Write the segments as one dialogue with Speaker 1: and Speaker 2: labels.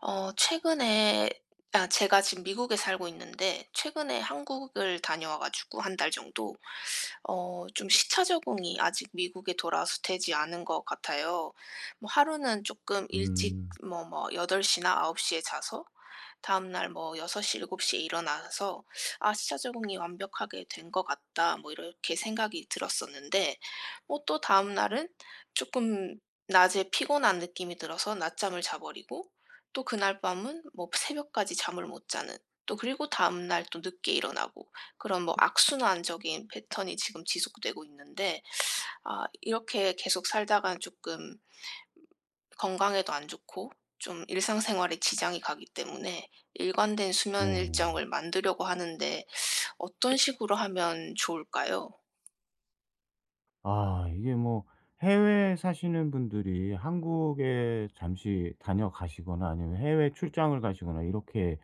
Speaker 1: 어 최근에 아 제가 지금 미국에 살고 있는데 최근에 한국을 다녀와 가지고 한 달 정도 좀 시차 적응이 아직 미국에 돌아와서 되지 않은 것 같아요. 뭐 하루는 조금 일찍
Speaker 2: 음.
Speaker 1: 뭐 뭐8덟시나9홉시에 자서 다음날 뭐6섯시7곱시에 일어나서 '아 시차 적응이 완벽하게 된 것 같다.' 뭐 이렇게 생각이 들었었는데 뭐 또 다음날은 조금 낮에 피곤한 느낌이 들어서 낮잠을 자 버리고 또 그날 밤은 뭐 새벽까지 잠을 못 자는 또 그리고 다음날 또 늦게 일어나고 그런 뭐 악순환적인 패턴이 지금 지속되고 있는데 아 이렇게 계속 살다간 쪼끔 건강에도 안 좋고 좀 일상생활에 지장이 가기 때문에 일관된 수면
Speaker 2: 네.
Speaker 1: 일정을 만들려고 하는데 어떤 식으로 하면 좋을까요?
Speaker 2: 아 이게 뭐 해외에 사시는 분들이 한국에 잠시 다녀가시거나 아니면 해외 출장을 가시거나 이렇게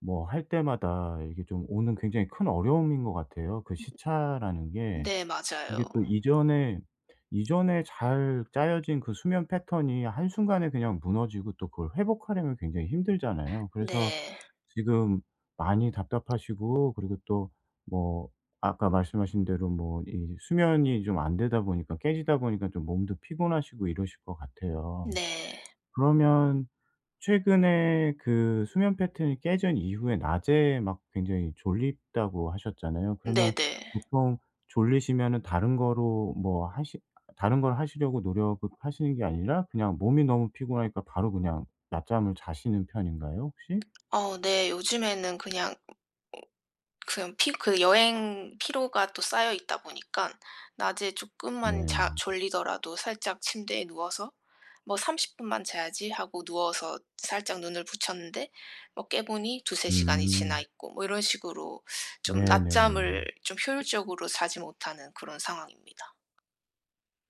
Speaker 2: 뭐 할 때마다 이게 좀 오는 굉장히 큰 어려움인 것 같아요. 그 시차라는 게
Speaker 1: 네,
Speaker 2: 이게
Speaker 1: 맞아요.
Speaker 2: 또 이전에 잘 짜여진 그 수면 패턴이 한순간에 그냥 무너지고 또 그걸 회복하려면 굉장히 힘들잖아요. 그래서
Speaker 1: 네.
Speaker 2: 지금 많이 답답하시고, 그리고 또 뭐 아까 말씀하신 대로 뭐 이 수면이 좀 안 되다 보니까, 깨지다 보니까 좀 몸도 피곤하시고 이러실 것 같아요.
Speaker 1: 네.
Speaker 2: 그러면 최근에 그 수면 패턴이 깨진 이후에 낮에 막 굉장히 졸립다고 하셨잖아요. 그러면
Speaker 1: 네네.
Speaker 2: 보통 졸리시면은 다른 걸 하시려고 노력을 하시는 게 아니라 그냥 몸이 너무 피곤하니까 바로 그냥 낮잠을 자시는 편인가요, 혹시?
Speaker 1: 네. 요즘에는 그냥 피 그 여행 피로가 또 쌓여 있다 보니까 낮에 조금만
Speaker 2: 네.
Speaker 1: 자 졸리더라도 살짝 침대에 누워서 '뭐 30 분만 자야지.' 하고 누워서 살짝 눈을 붙였는데 뭐 깨보니 두세 시간이 지나
Speaker 2: 음.
Speaker 1: 있고 뭐 이런 식으로 좀
Speaker 2: 네네.
Speaker 1: 낮잠을 좀 효율적으로 자지 못하는 그런 상황입니다.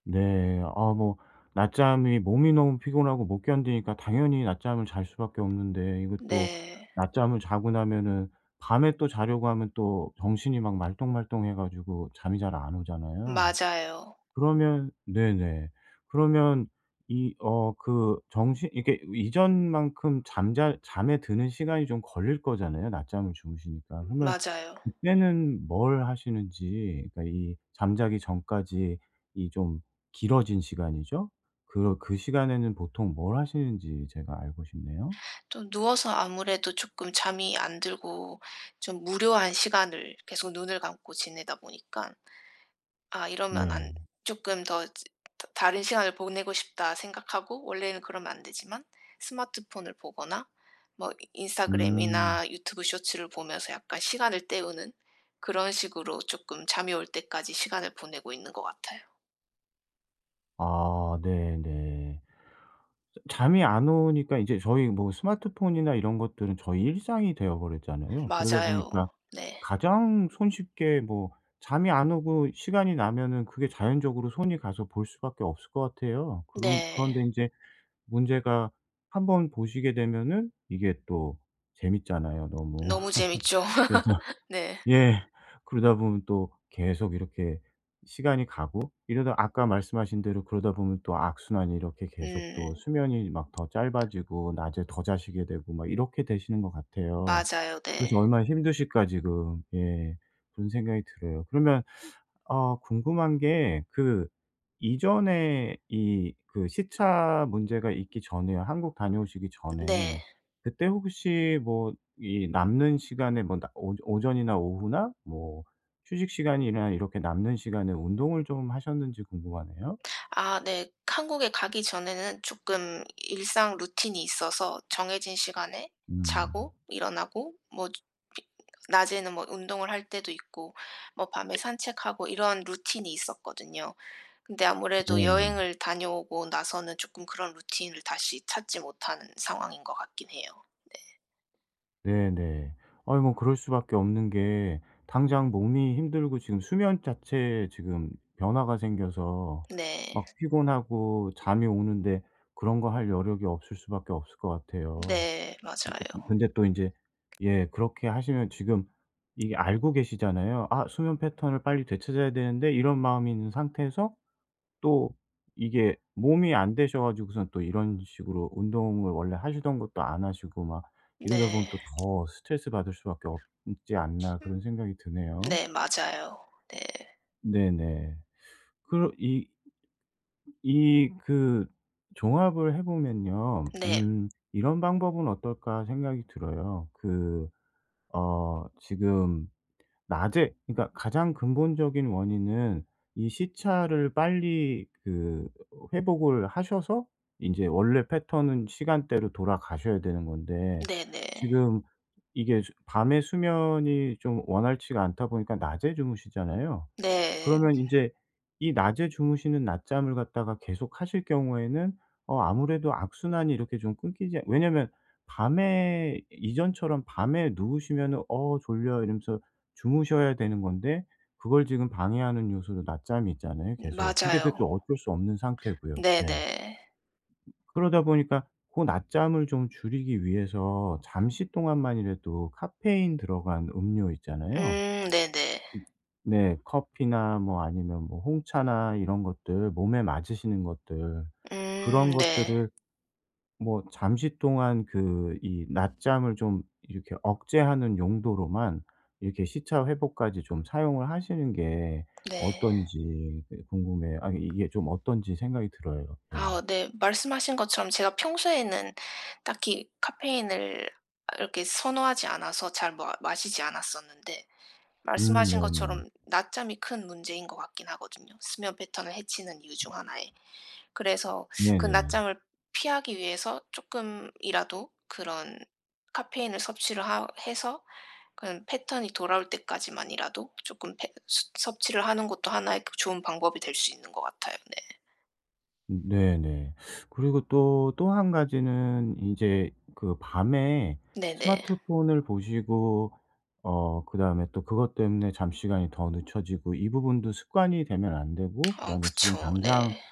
Speaker 2: 네. 아 뭐 낮잠이, 몸이 너무 피곤하고 못 견디니까 당연히 낮잠을 잘 수밖에 없는데, 이거 또
Speaker 1: 네.
Speaker 2: 낮잠을 자고 나면은 밤에 또 자려고 하면 또 정신이 막 말똥말똥해 가지고 잠이 잘 안 오잖아요.
Speaker 1: 맞아요.
Speaker 2: 그러면, 네네, 그러면 이 그 정신, 이게 이전만큼 잠잘 잠에 드는 시간이 좀 걸릴 거잖아요, 낮잠을 주무시니까. 그러면
Speaker 1: 맞아요.
Speaker 2: 그때는 뭘 하시는지, 그러니까 이 잠자기 전까지 이 좀 길어진 시간이죠. 그 시간에는 보통 뭘 하시는지 제가 알고 싶네요.
Speaker 1: 좀 누워서 아무래도 조금 잠이 안 들고 좀 무료한 시간을 계속 눈을 감고 지내다 보니까 '아 이러면 안
Speaker 2: 네.
Speaker 1: 쪼끔 더 즈 더 다른 시간을 보내고 싶다.' 생각하고 원래는 그러면 안 되지만 스마트폰을 보거나 뭐
Speaker 2: 음.
Speaker 1: 인스타그램이나 유튜브 쇼츠를 보면서 약간 시간을 때우는 그런 식으로 쪼끔 잠이 올 때까지 시간을 보내고 있는 것 같아요.
Speaker 2: 아 네네. 잠이 안 오니까, 이제 저희 뭐 스마트폰이나 이런 것들은 저희 일상이 되어 버렸잖아요. 그러다 보니까
Speaker 1: 맞아요. 네.
Speaker 2: 가장 손쉽게 뭐 잠이 안 오고 시간이 나면은 그게 자연적으로 손이 가서 볼 수밖에 없을 것 같아요. 그럼,
Speaker 1: 네.
Speaker 2: 그런데 인제 문제가, 한번 보시게 되면은 이게 또 재밌잖아요, 너무.
Speaker 1: 너무 재밌죠.
Speaker 2: 그래서,
Speaker 1: 네.
Speaker 2: 예. 그러다 보면 또 계속 이렇게 시간이 가고, 이러다 아까 말씀하신 대로, 그러다 보면 또 악순환이 이렇게 계속, 또
Speaker 1: 음
Speaker 2: 수면이 막 더 짧아지고 낮에 더 자시게 되고 막 이렇게 되시는 것 같아요.
Speaker 1: 맞아요.
Speaker 2: 그래서
Speaker 1: 네.
Speaker 2: 얼마나 힘드실까, 지금. 예. 그런 생각이 들어요. 그러면 궁금한 게, 그 이전에, 이 그 시차 문제가 있기 전에요. 한국 다녀오시기
Speaker 1: 네.
Speaker 2: 전에, 그때 혹시 뭐 이 남는 시간에, 뭐 나 오 오전이나 오후나, 뭐 휴식 시간이나 이렇게 남는 시간에 운동을 좀 하셨는지 궁금하네요.
Speaker 1: 아 네. 한국에 가기 전에는 조금 일상 루틴이 있어서 정해진 시간에
Speaker 2: 음.
Speaker 1: 자고 일어나고 뭐 낮에는 뭐 운동을 할 때도 있고 뭐 밤에 산책하고 이런 루틴이 있었거든요. 근데 아무래도
Speaker 2: 네네.
Speaker 1: 여행을 다녀오고 나서는 조금 그런 루틴을 다시 찾지 못하는 상황인 것 같긴 해요.
Speaker 2: 네네. 아니 뭐 그럴 수밖에 없는 게, 당장 몸이 힘들고 지금 수면 자체에 지금 변화가 생겨서
Speaker 1: 네.
Speaker 2: 막 피곤하고 잠이 오는데 그런 거 할 여력이 없을 수밖에 없을 것 같아요.
Speaker 1: 네. 맞아요.
Speaker 2: 근데 또 인제, 예, 그렇게 하시면 지금 이게 알고 계시잖아요. '아, 수면 패턴을 빨리 되찾아야 되는데.' 이런 마음이 있는 상태에서 또 이게 몸이 안 되셔 가지고선 또 이런 식으로 운동을 원래 하시던 것도 안 하시고 막 이러다 보면
Speaker 1: 네.
Speaker 2: 또 더 스트레스 받을 수밖에 없지 않나, 그런
Speaker 1: 음.
Speaker 2: 생각이 드네요.
Speaker 1: 네. 맞아요. 네.
Speaker 2: 네네. 그럼이이 그 종합을 해 보면요.
Speaker 1: 네.
Speaker 2: '이런 방법은 어떨까?' 생각이 들어요. 그 지금 낮에, 그러니까 가장 근본적인 원인은 이 시차를 빨리 그 회복을 하셔서 인제 원래 패턴은 시간대로 돌아가셔야 되는 건데,
Speaker 1: 네네.
Speaker 2: 지금 이게 수 밤에 수면이 좀 원활치가 않다 보니까 낮에 주무시잖아요.
Speaker 1: 네.
Speaker 2: 그러면 이제 이 낮에 주무시는 낮잠을 갖다가 계속 하실 경우에는 아무래도 악순환이 이렇게 좀 끊기지, 왜냐면 밤에, 이전처럼 밤에 누우시면은 "어 졸려." 이러면서 주무셔야 되는 건데 그걸 지금 방해하는 요소로 낮잠이 있잖아요,
Speaker 1: 네.
Speaker 2: 계속. 근데
Speaker 1: 맞아요.
Speaker 2: 그게 또 어쩔 수 없는 상태고요. 예.
Speaker 1: 네네.
Speaker 2: 그러다 보니까 고 낮잠을 좀 줄이기 위해서, 잠시 동안만이라도 카페인 들어간 음료 있잖아요.
Speaker 1: 네네.
Speaker 2: 음. 네. 커피나 뭐, 아니면 뭐 홍차나 이런 것들, 몸에 맞으시는 것들, 그런
Speaker 1: 네.
Speaker 2: 것들을 뭐 잠시 동안, 그 이 낮잠을 좀 이렇게 억제하는 용도로만 이렇게 시차 회복까지 좀 사용을 하시는 게
Speaker 1: 네.
Speaker 2: 어떤지, 그 궁금해요. 아니 이게 좀 어떤지 생각이 들어요. 예.
Speaker 1: 아 네. 말씀하신 것처럼 제가 평소에는 딱히 카페인을 아 이렇게 선호하지 않아서 잘 마 마시지 않았었는데
Speaker 2: 음,
Speaker 1: 말씀하신
Speaker 2: 네네.
Speaker 1: 것처럼 낮잠이 큰 문제인 것 같긴 하거든요, 수면 패턴을 해치는 이유 중 하나에. 그래서 그
Speaker 2: 네네.
Speaker 1: 낮잠을 피하기 위해서 쪼끔이라도 그런 카페인을 섭취를 하 해서 그냥 패턴이 돌아올 때까지만이라도 조금 패 수 섭취를 하는 것도 하나의 그 좋은 방법이 될 수 있는 것 같아요. 네.
Speaker 2: 네네. 그리고 또 한 가지는, 이제 그 밤에
Speaker 1: 네네.
Speaker 2: 스마트폰을 보시고 그다음에 또 그것 때문에 잠시간이 더 늦춰지고, 이 부분도 습관이 되면 안 되고,
Speaker 1: 어
Speaker 2: 그다음에 지금
Speaker 1: 그쵸.
Speaker 2: 당장,
Speaker 1: 네.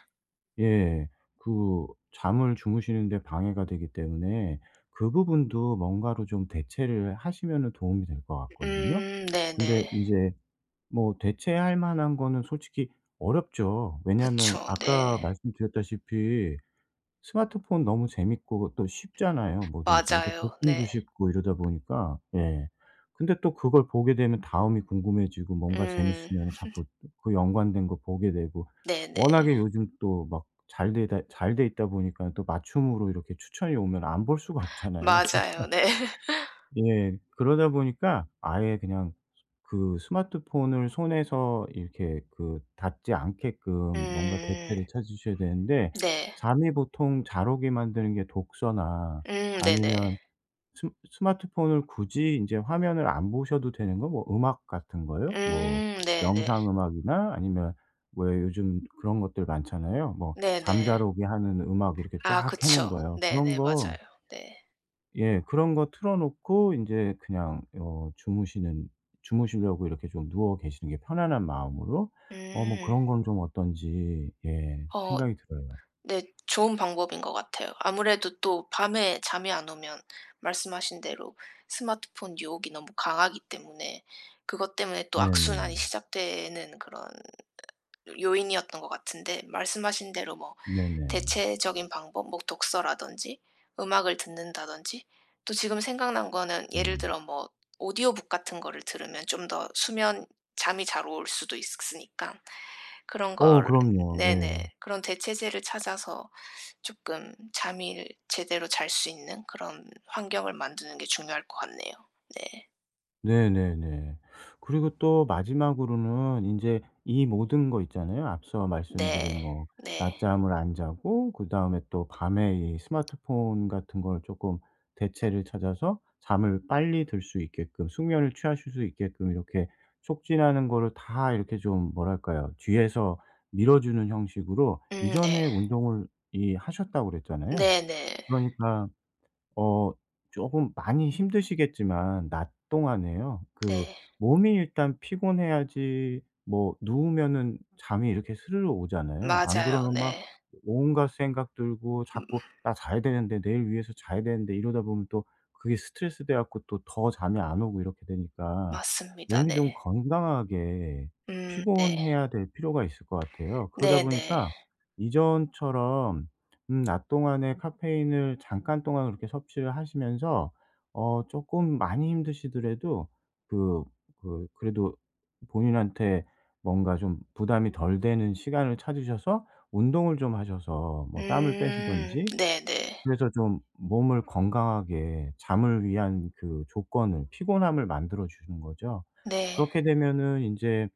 Speaker 2: 예, 그 잠을 주무시는 데 방해가 되기 때문에 그 부분도 뭔가로 좀 대체를 하시면은 도움이 될 것 같거든요. 근데
Speaker 1: 네네.
Speaker 2: 이제 뭐 대체할 만한 거는 솔직히 어렵죠. 왜냐하면
Speaker 1: 그쵸.
Speaker 2: 아까
Speaker 1: 네.
Speaker 2: 말씀드렸다시피 스마트폰 너무 재밌고, 그 또 쉽잖아요, 뭐든지. 이렇게
Speaker 1: 맞아요.
Speaker 2: 접근도
Speaker 1: 네.
Speaker 2: 쉽고 이러다 보니까, 예. 근데 또 그걸 보게 되면 다음이 궁금해지고, 뭔가
Speaker 1: 음.
Speaker 2: 재밌으면 자꾸 그 연관된 거 보게 되고,
Speaker 1: 네네.
Speaker 2: 워낙에 요즘 또 막 잘 돼 있다 보니까 또 맞춤으로 이렇게 추천이 오면 안 볼 수가 없잖아요.
Speaker 1: 맞아요. 네.
Speaker 2: 예. 그러다 보니까 아예 그냥 그 스마트폰을 손에서 이렇게 그 닿지 않게끔 뭔가
Speaker 1: 음.
Speaker 2: 대체를 찾으셔야 되는데,
Speaker 1: 네.
Speaker 2: 잠이 보통 잘 오게 만드는 게 독서나,
Speaker 1: 네네.
Speaker 2: 아니면 스 스마트폰을 굳이 인제 화면을 안 보셔도 되는 거, 뭐 음악 같은 거요. 뭐
Speaker 1: 네네.
Speaker 2: 영상 음악이나, 아니면 왜 요즘 그런 것들 많잖아요, 뭐 잠잘
Speaker 1: 네네.
Speaker 2: 오게 하는 음악 이렇게
Speaker 1: 아
Speaker 2: 쫙 해 놓은
Speaker 1: 그쵸.
Speaker 2: 거예요, 그런
Speaker 1: 네네.
Speaker 2: 거.
Speaker 1: 맞아요. 네.
Speaker 2: 예. 그런 거 틀어 놓고 이제 그냥 주무시는 주무시려고 이렇게 좀 누워 계시는 게, 편안한 마음으로 뭐
Speaker 1: 음.
Speaker 2: 그런 건 좀 어떤지, 예,
Speaker 1: 어
Speaker 2: 생각이 들어요.
Speaker 1: 네. 좋은 방법인 것 같아요. 아무래도 또 밤에 잠이 안 오면 말씀하신 대로 스마트폰 유혹이 너무 강하기 때문에 그것 때문에 또 악순환이
Speaker 2: 네네.
Speaker 1: 시작되는 그런 요인이었던 것 같은데 말씀하신 대로 뭐
Speaker 2: 네네.
Speaker 1: 대체적인 방법 뭐 독서라든지 음악을 듣는다든지 또 지금 생각난 거는
Speaker 2: 네.
Speaker 1: 예를 들어 뭐 오디오북 같은 거를 들으면 좀 더 수면 잠이 잘 올 수도 있으니까 그런
Speaker 2: 어
Speaker 1: 걸
Speaker 2: 그럼요. 예.
Speaker 1: 네네. 그런 대체제를 찾아서 조금 잠이 제대로 잘 수 있는 그런 환경을 만드는 게 중요할 것 같네요. 네.
Speaker 2: 네네네. 그리고 또 마지막으로는 인제 이 모든 거 있잖아요, 앞서 말씀드린
Speaker 1: 네.
Speaker 2: 뭐
Speaker 1: 네.
Speaker 2: 낮잠을 안 자고, 그다음에 또 밤에 이 스마트폰 같은 걸 쪼끔 대체를 찾아서 잠을 빨리 들 수 있게끔, 숙면을 취하실 수 있게끔 이렇게 촉진하는 거를, 다 이렇게 좀 뭐랄까요, 뒤에서 밀어 주는 형식으로,
Speaker 1: 네.
Speaker 2: 이전에 운동을 이 하셨다고 그랬잖아요.
Speaker 1: 네네. 네.
Speaker 2: 그러니까 어 조금 많이 힘드시겠지만, 낮 동안에요. 그
Speaker 1: 네.
Speaker 2: 몸이 일단 피곤해야지 뭐 누우면은 잠이 이렇게 스르르 오잖아요. 안
Speaker 1: 맞아요.
Speaker 2: 그러면 막
Speaker 1: 네.
Speaker 2: 온갖 생각 들고
Speaker 1: 음
Speaker 2: 자꾸 '나 자야 되는데. 내일 위해서 자야 되는데.' 이러다 보면 또 그게 스트레스 돼 갖고 또 더 잠이 안 오고, 이렇게 되니까
Speaker 1: 맞습니다.
Speaker 2: 몸이 좀
Speaker 1: 네.
Speaker 2: 건강하게
Speaker 1: 네.
Speaker 2: 피곤해야 될 필요가 있을 것 같아요. 그러다
Speaker 1: 네네.
Speaker 2: 보니까 이전처럼 낮 동안에 카페인을 잠깐 동안 그렇게 섭취를 하시면서, 어금 많이 힘드시더라도 그 그 그래도 본인한테 뭔가 좀 부담이 덜 되는 시간을 찾으셔서 운동을 좀 하셔서 뭐 땀을 빼시든지,
Speaker 1: 네네. 네.
Speaker 2: 그래서 좀 몸을 건강하게, 잠을 위한 그 조건을, 피곤함을 만들어 주는 거죠.
Speaker 1: 네.
Speaker 2: 그렇게 되면은 인제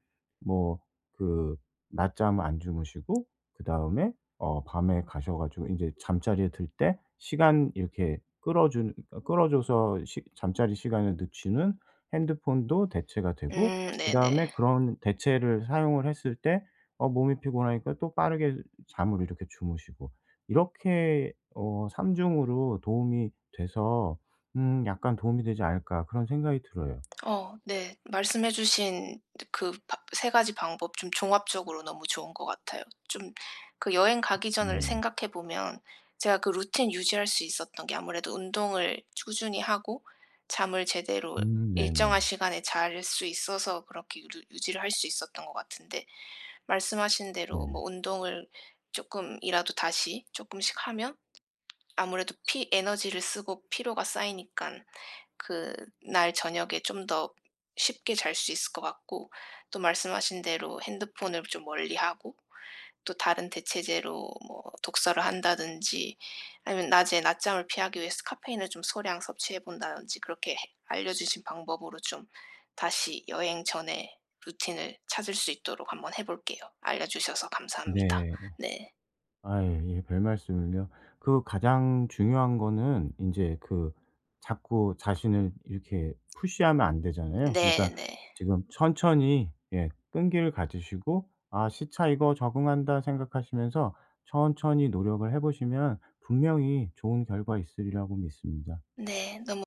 Speaker 2: 뭐 그 낮잠 안 주무시고, 그다음에 밤에 가셔 가지고 인제 잠자리에 들 때 시간 이렇게 끌어 준 어 끌어 줘서 시 잠자리 시간을 늦추는 핸드폰도 대체가 되고, 그다음에
Speaker 1: 네네.
Speaker 2: 그런 대체를 사용을 했을 때 몸이 피곤하니까 또 빠르게 잠을 이렇게 주무시고, 이렇게 '삼중으로 도움이 돼서 약간 도움이 되지 않을까.' 그런 생각이 들어요.
Speaker 1: 어 네. 말씀해 주신 그 세 가지 방법 좀 종합적으로 너무 좋은 것 같아요. 좀 그 여행 가기 전을
Speaker 2: 네.
Speaker 1: 생각해 보면 제가 그 루틴 유지할 수 있었던 게 아무래도 운동을 꾸준히 하고 잠을 제대로
Speaker 2: 음,
Speaker 1: 일정한
Speaker 2: 네네.
Speaker 1: 시간에 잘 수 있어서 그렇게 유지를 할 수 있었던 것 같은데 말씀하신 대로
Speaker 2: 네.
Speaker 1: 뭐 운동을 조금이라도 다시 조금씩 하면 아무래도 피 에너지를 쓰고 피로가 쌓이니깐 그날 저녁에 좀 더 쉽게 잘 수 있을 것 같고 또 말씀하신 대로 핸드폰을 좀 멀리하고 또 다른 대체제로 뭐 독서를 한다든지 아니면 낮에 낮잠을 피하기 위해서 카페인을 좀 소량 섭취해 본다든지 그렇게 해 알려 주신 방법으로 좀 다시 여행 전에 루틴을 찾을 수 있도록 한번 해 볼게요. 알려 주셔서 감사합니다.
Speaker 2: 네.
Speaker 1: 네.
Speaker 2: 아유, 예, 별말씀을요. 그 가장 중요한 거는 이제 그 자꾸 자신을 이렇게 푸시하면 안 되잖아요. 그러니까
Speaker 1: 네네. 네.
Speaker 2: 지금 천천히, 예, 끈기를 가지시고 '아, 시차 이거 적응한다.' 생각하시면서 천천히 노력을 해 보시면 분명히 좋은 결과 있으리라고 믿습니다.
Speaker 1: 네, 너무